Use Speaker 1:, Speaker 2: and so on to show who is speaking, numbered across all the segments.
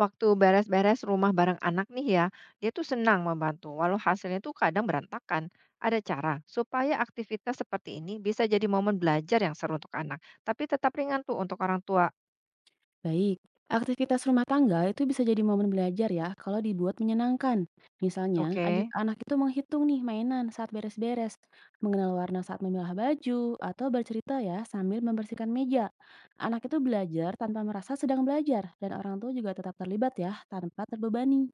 Speaker 1: Waktu beres-beres rumah bareng anak nih ya, dia tuh senang membantu, walau hasilnya tuh kadang berantakan. Ada cara supaya aktivitas seperti ini bisa jadi momen belajar yang seru untuk anak, tapi tetap ringan tuh untuk orang tua.
Speaker 2: Baik, aktivitas rumah tangga itu bisa jadi momen belajar ya kalau dibuat menyenangkan. Misalnya, ajak
Speaker 1: Oke,
Speaker 2: anak itu menghitung nih mainan saat beres-beres, mengenal warna saat memilah baju, atau bercerita ya sambil membersihkan meja. Anak itu belajar tanpa merasa sedang belajar, dan orang tua juga tetap terlibat ya tanpa terbebani.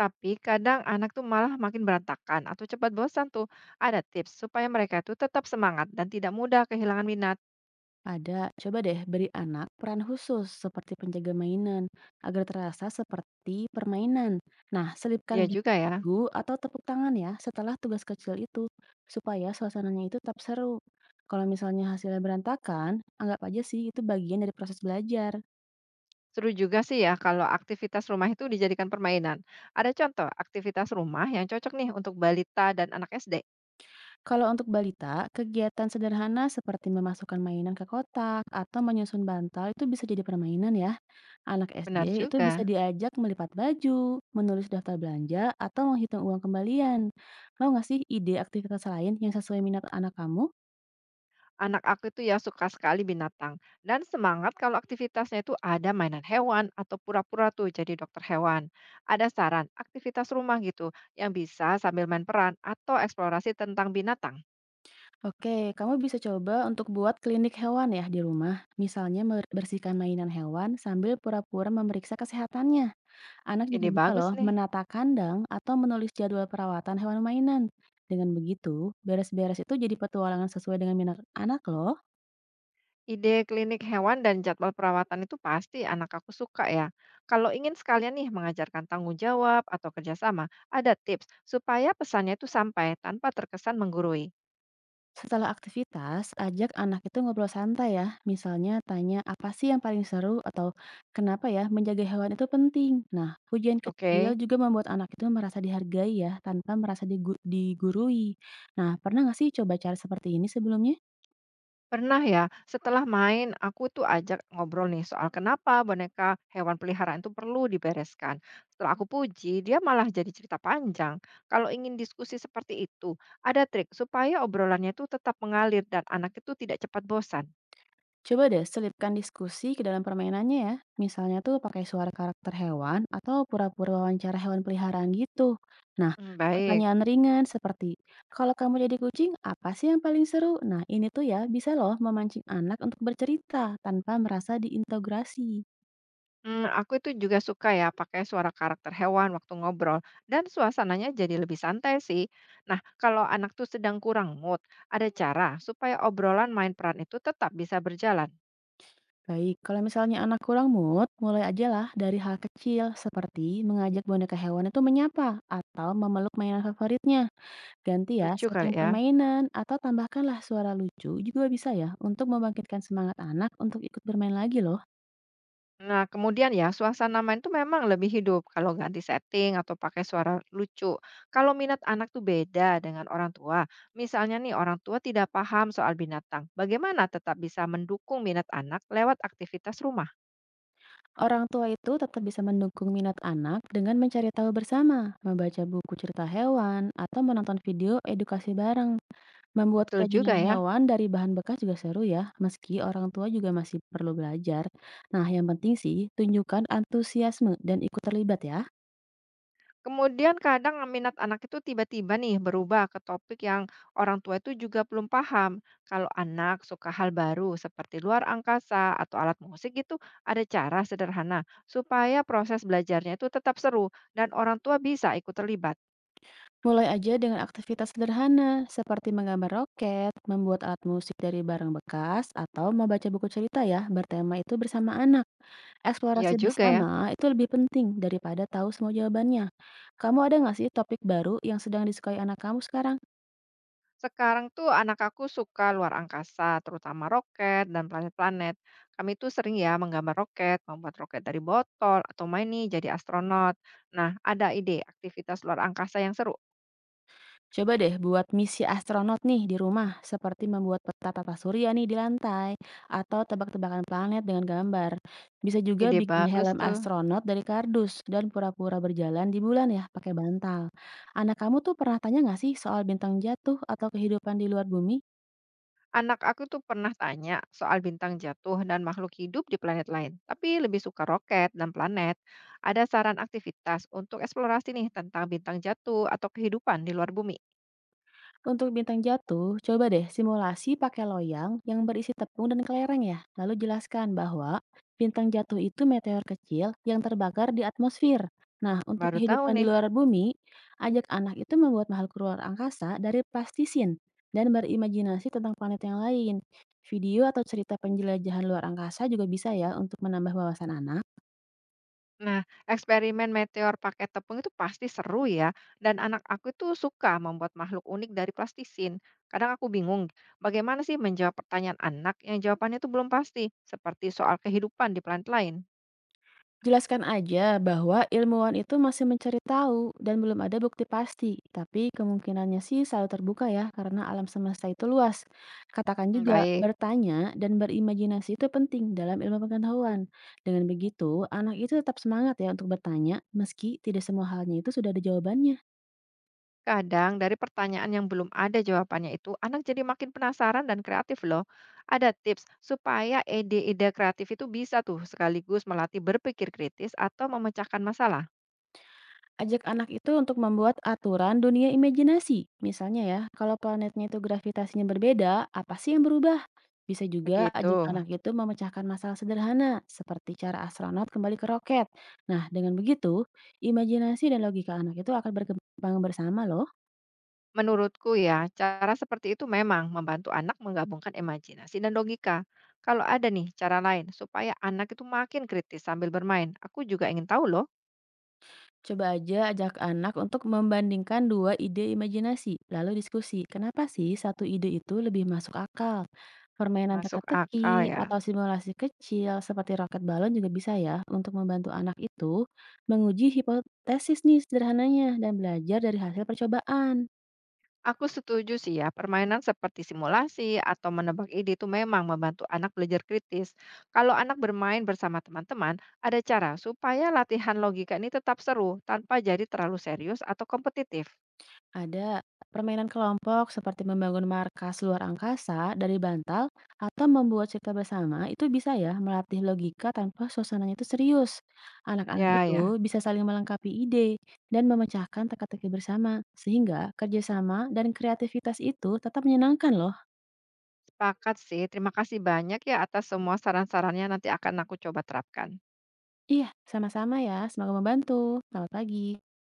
Speaker 1: tapi kadang anak tuh malah makin berantakan atau cepat bosan tuh. Ada tips supaya mereka tuh tetap semangat dan tidak mudah kehilangan minat.
Speaker 2: Ada, coba deh beri anak peran khusus seperti penjaga mainan agar terasa seperti permainan. Nah,
Speaker 1: Ya
Speaker 2: selipkan juga
Speaker 1: juga ya.
Speaker 2: lagu atau tepuk tangan ya setelah tugas kecil itu supaya suasananya itu tetap seru. Kalau misalnya hasilnya berantakan, anggap aja sih itu bagian dari proses belajar.
Speaker 1: Seru juga sih ya kalau aktivitas rumah itu dijadikan permainan. Ada contoh aktivitas rumah yang cocok nih untuk balita dan anak SD.
Speaker 2: Kalau untuk balita, kegiatan sederhana seperti memasukkan mainan ke kotak atau menyusun bantal itu bisa jadi permainan ya. Anak
Speaker 1: Benar
Speaker 2: SD itu bisa
Speaker 1: juga.
Speaker 2: diajak melipat baju, menulis daftar belanja, atau menghitung uang kembalian. Mau nggak sih ide aktivitas lain yang sesuai minat anak kamu?
Speaker 1: Anak aku itu ya suka sekali binatang dan semangat kalau aktivitasnya itu ada mainan hewan atau pura-pura tuh jadi dokter hewan. Ada saran aktivitas rumah gitu yang bisa sambil main peran atau eksplorasi tentang binatang.
Speaker 2: Oke, kamu bisa coba untuk buat klinik hewan ya di rumah. Misalnya bersihkan mainan hewan sambil pura-pura memeriksa kesehatannya. Anak juga
Speaker 1: Ini
Speaker 2: bisa
Speaker 1: bagus
Speaker 2: loh
Speaker 1: nih.
Speaker 2: menata kandang atau menulis jadwal perawatan hewan mainan. Dengan begitu, beres-beres itu jadi petualangan sesuai dengan minat anak loh.
Speaker 1: Ide klinik hewan dan jadwal perawatan itu pasti anak aku suka ya. Kalau ingin sekalian nih mengajarkan tanggung jawab atau kerjasama, ada tips supaya pesannya itu sampai tanpa terkesan menggurui.
Speaker 2: Setelah aktivitas, ajak anak itu ngobrol santai ya. Misalnya tanya apa sih yang paling seru atau kenapa ya menjaga hewan itu penting. Nah, pujian kecil
Speaker 1: Oke.
Speaker 2: juga membuat anak itu merasa dihargai ya tanpa merasa digurui. Nah, pernah nggak sih coba cara seperti ini sebelumnya?
Speaker 1: Pernah ya, setelah main aku tuh ajak ngobrol nih soal kenapa boneka hewan peliharaan itu perlu dibereskan. Setelah aku puji, dia malah jadi cerita panjang. Kalau ingin diskusi seperti itu, ada trik supaya obrolannya itu tetap mengalir dan anak itu tidak cepat bosan.
Speaker 2: Coba deh selipkan diskusi ke dalam permainannya ya. Misalnya tuh pakai suara karakter hewan atau pura-pura wawancara hewan peliharaan gitu. Nah,
Speaker 1: Hmm, baik.
Speaker 2: pertanyaan ringan seperti, kalau kamu jadi kucing, apa sih yang paling seru? Nah, ini tuh ya bisa loh memancing anak untuk bercerita tanpa merasa diintegrasi.
Speaker 1: Aku itu juga suka ya pakai suara karakter hewan waktu ngobrol dan suasananya jadi lebih santai sih. Nah, kalau anak tuh sedang kurang mood, ada cara supaya obrolan main peran itu tetap bisa berjalan.
Speaker 2: Baik, kalau misalnya anak kurang mood, mulai aja lah dari hal kecil seperti mengajak boneka hewan itu menyapa atau memeluk mainan favoritnya. Ganti ya
Speaker 1: Lucu kali
Speaker 2: setting
Speaker 1: ya.
Speaker 2: permainan atau tambahkanlah suara lucu juga bisa ya untuk membangkitkan semangat anak untuk ikut bermain lagi loh.
Speaker 1: Nah, kemudian ya, suasana main tuh memang lebih hidup kalau ganti setting atau pakai suara lucu. Kalau minat anak tuh beda dengan orang tua. Misalnya nih, orang tua tidak paham soal binatang. Bagaimana tetap bisa mendukung minat anak lewat aktivitas rumah?
Speaker 2: Orang tua itu tetap bisa mendukung minat anak dengan mencari tahu bersama, membaca buku cerita hewan, atau menonton video edukasi bareng. Membuat
Speaker 1: Betul
Speaker 2: kerajinan
Speaker 1: juga ya.
Speaker 2: hewan dari bahan bekas juga seru ya, meski orang tua juga masih perlu belajar. Nah, yang penting sih tunjukkan antusiasme dan ikut terlibat ya.
Speaker 1: Kemudian kadang minat anak itu tiba-tiba nih berubah ke topik yang orang tua itu juga belum paham. Kalau anak suka hal baru seperti luar angkasa atau alat musik itu ada cara sederhana supaya proses belajarnya itu tetap seru dan orang tua bisa ikut terlibat.
Speaker 2: Mulai aja dengan aktivitas sederhana, seperti menggambar roket, membuat alat musik dari barang bekas, atau membaca buku cerita ya, bertema itu bersama anak.
Speaker 1: Iya
Speaker 2: Eksplorasi
Speaker 1: juga ya.
Speaker 2: bersama itu lebih penting daripada tahu semua jawabannya. Kamu ada nggak sih topik baru yang sedang disukai anak kamu sekarang?
Speaker 1: Sekarang tuh anak aku suka luar angkasa, terutama roket dan planet-planet. Kami tuh sering ya menggambar roket, membuat roket dari botol, atau main nih jadi astronot. Nah, ada ide aktivitas luar angkasa yang seru.
Speaker 2: Coba deh buat misi astronot nih di rumah, seperti membuat peta tata surya nih di lantai, atau tebak-tebakan planet dengan gambar. Bisa juga
Speaker 1: Ide
Speaker 2: bikin
Speaker 1: bagus
Speaker 2: helm
Speaker 1: tuh.
Speaker 2: astronot dari kardus dan pura-pura berjalan di bulan ya, pakai bantal. Anak kamu tuh pernah tanya nggak sih soal bintang jatuh atau kehidupan di luar bumi?
Speaker 1: Anak aku tuh pernah tanya soal bintang jatuh dan makhluk hidup di planet lain, tapi lebih suka roket dan planet. Ada saran aktivitas untuk eksplorasi nih tentang bintang jatuh atau kehidupan di luar bumi.
Speaker 2: Untuk bintang jatuh, coba deh simulasi pakai loyang yang berisi tepung dan kelereng ya. Lalu jelaskan bahwa bintang jatuh itu meteor kecil yang terbakar di atmosfer. Nah, untuk
Speaker 1: Baru tahu
Speaker 2: kehidupan di
Speaker 1: nih.
Speaker 2: luar bumi, ajak anak itu membuat makhluk luar angkasa dari plastisin dan berimajinasi tentang planet yang lain. Video atau cerita penjelajahan luar angkasa juga bisa ya untuk menambah wawasan anak.
Speaker 1: Nah, eksperimen meteor pakai tepung itu pasti seru ya. Dan anak aku tuh suka membuat makhluk unik dari plastisin. Kadang aku bingung, bagaimana sih menjawab pertanyaan anak yang jawabannya tuh belum pasti, seperti soal kehidupan di planet lain.
Speaker 2: Jelaskan aja bahwa ilmuwan itu masih mencari tahu dan belum ada bukti pasti, tapi kemungkinannya sih selalu terbuka ya karena alam semesta itu luas. Katakan
Speaker 1: Hmm,
Speaker 2: juga
Speaker 1: baik.
Speaker 2: bertanya dan berimajinasi itu penting dalam ilmu pengetahuan. Dengan begitu, anak itu tetap semangat ya untuk bertanya meski tidak semua halnya itu sudah ada jawabannya.
Speaker 1: Kadang dari pertanyaan yang belum ada jawabannya itu, anak jadi makin penasaran dan kreatif loh. Ada tips supaya ide-ide kreatif itu bisa tuh sekaligus melatih berpikir kritis atau memecahkan masalah.
Speaker 2: Ajak anak itu untuk membuat aturan dunia imajinasi. Misalnya ya, kalau planetnya itu gravitasinya berbeda, apa sih yang berubah? Bisa juga ajak
Speaker 1: Begitu.
Speaker 2: anak itu memecahkan masalah sederhana, seperti cara astronot kembali ke roket. Nah, dengan begitu, imajinasi dan logika anak itu akan berkembang bersama loh.
Speaker 1: Menurutku ya, cara seperti itu memang membantu anak menggabungkan imajinasi dan logika. Kalau ada nih cara lain supaya anak itu makin kritis sambil bermain, aku juga ingin tahu loh.
Speaker 2: Coba aja ajak anak untuk membandingkan dua ide imajinasi, lalu diskusi, kenapa sih satu ide itu lebih masuk akal? Permainan
Speaker 1: Masuk akal
Speaker 2: teka-teki
Speaker 1: ya.
Speaker 2: atau simulasi kecil seperti roket balon juga bisa ya untuk membantu anak itu menguji hipotesis nih sederhananya dan belajar dari hasil percobaan.
Speaker 1: Aku setuju sih ya, permainan seperti simulasi atau menebak ide itu memang membantu anak belajar kritis. Kalau anak bermain bersama teman-teman, ada cara supaya latihan logika ini tetap seru tanpa jadi terlalu serius atau kompetitif.
Speaker 2: Ada permainan kelompok seperti membangun markas luar angkasa dari bantal atau membuat cerita bersama itu bisa ya melatih logika tanpa suasananya itu serius. Anak-anak
Speaker 1: Ya, ya,
Speaker 2: itu bisa saling melengkapi ide dan memecahkan teka-teki bersama sehingga kerjasama dan kreativitas itu tetap menyenangkan loh.
Speaker 1: sepakat sih. Terima kasih banyak ya atas semua saran-sarannya. Nanti akan aku coba terapkan.
Speaker 2: Iya, sama-sama ya. Semoga membantu. Selamat pagi.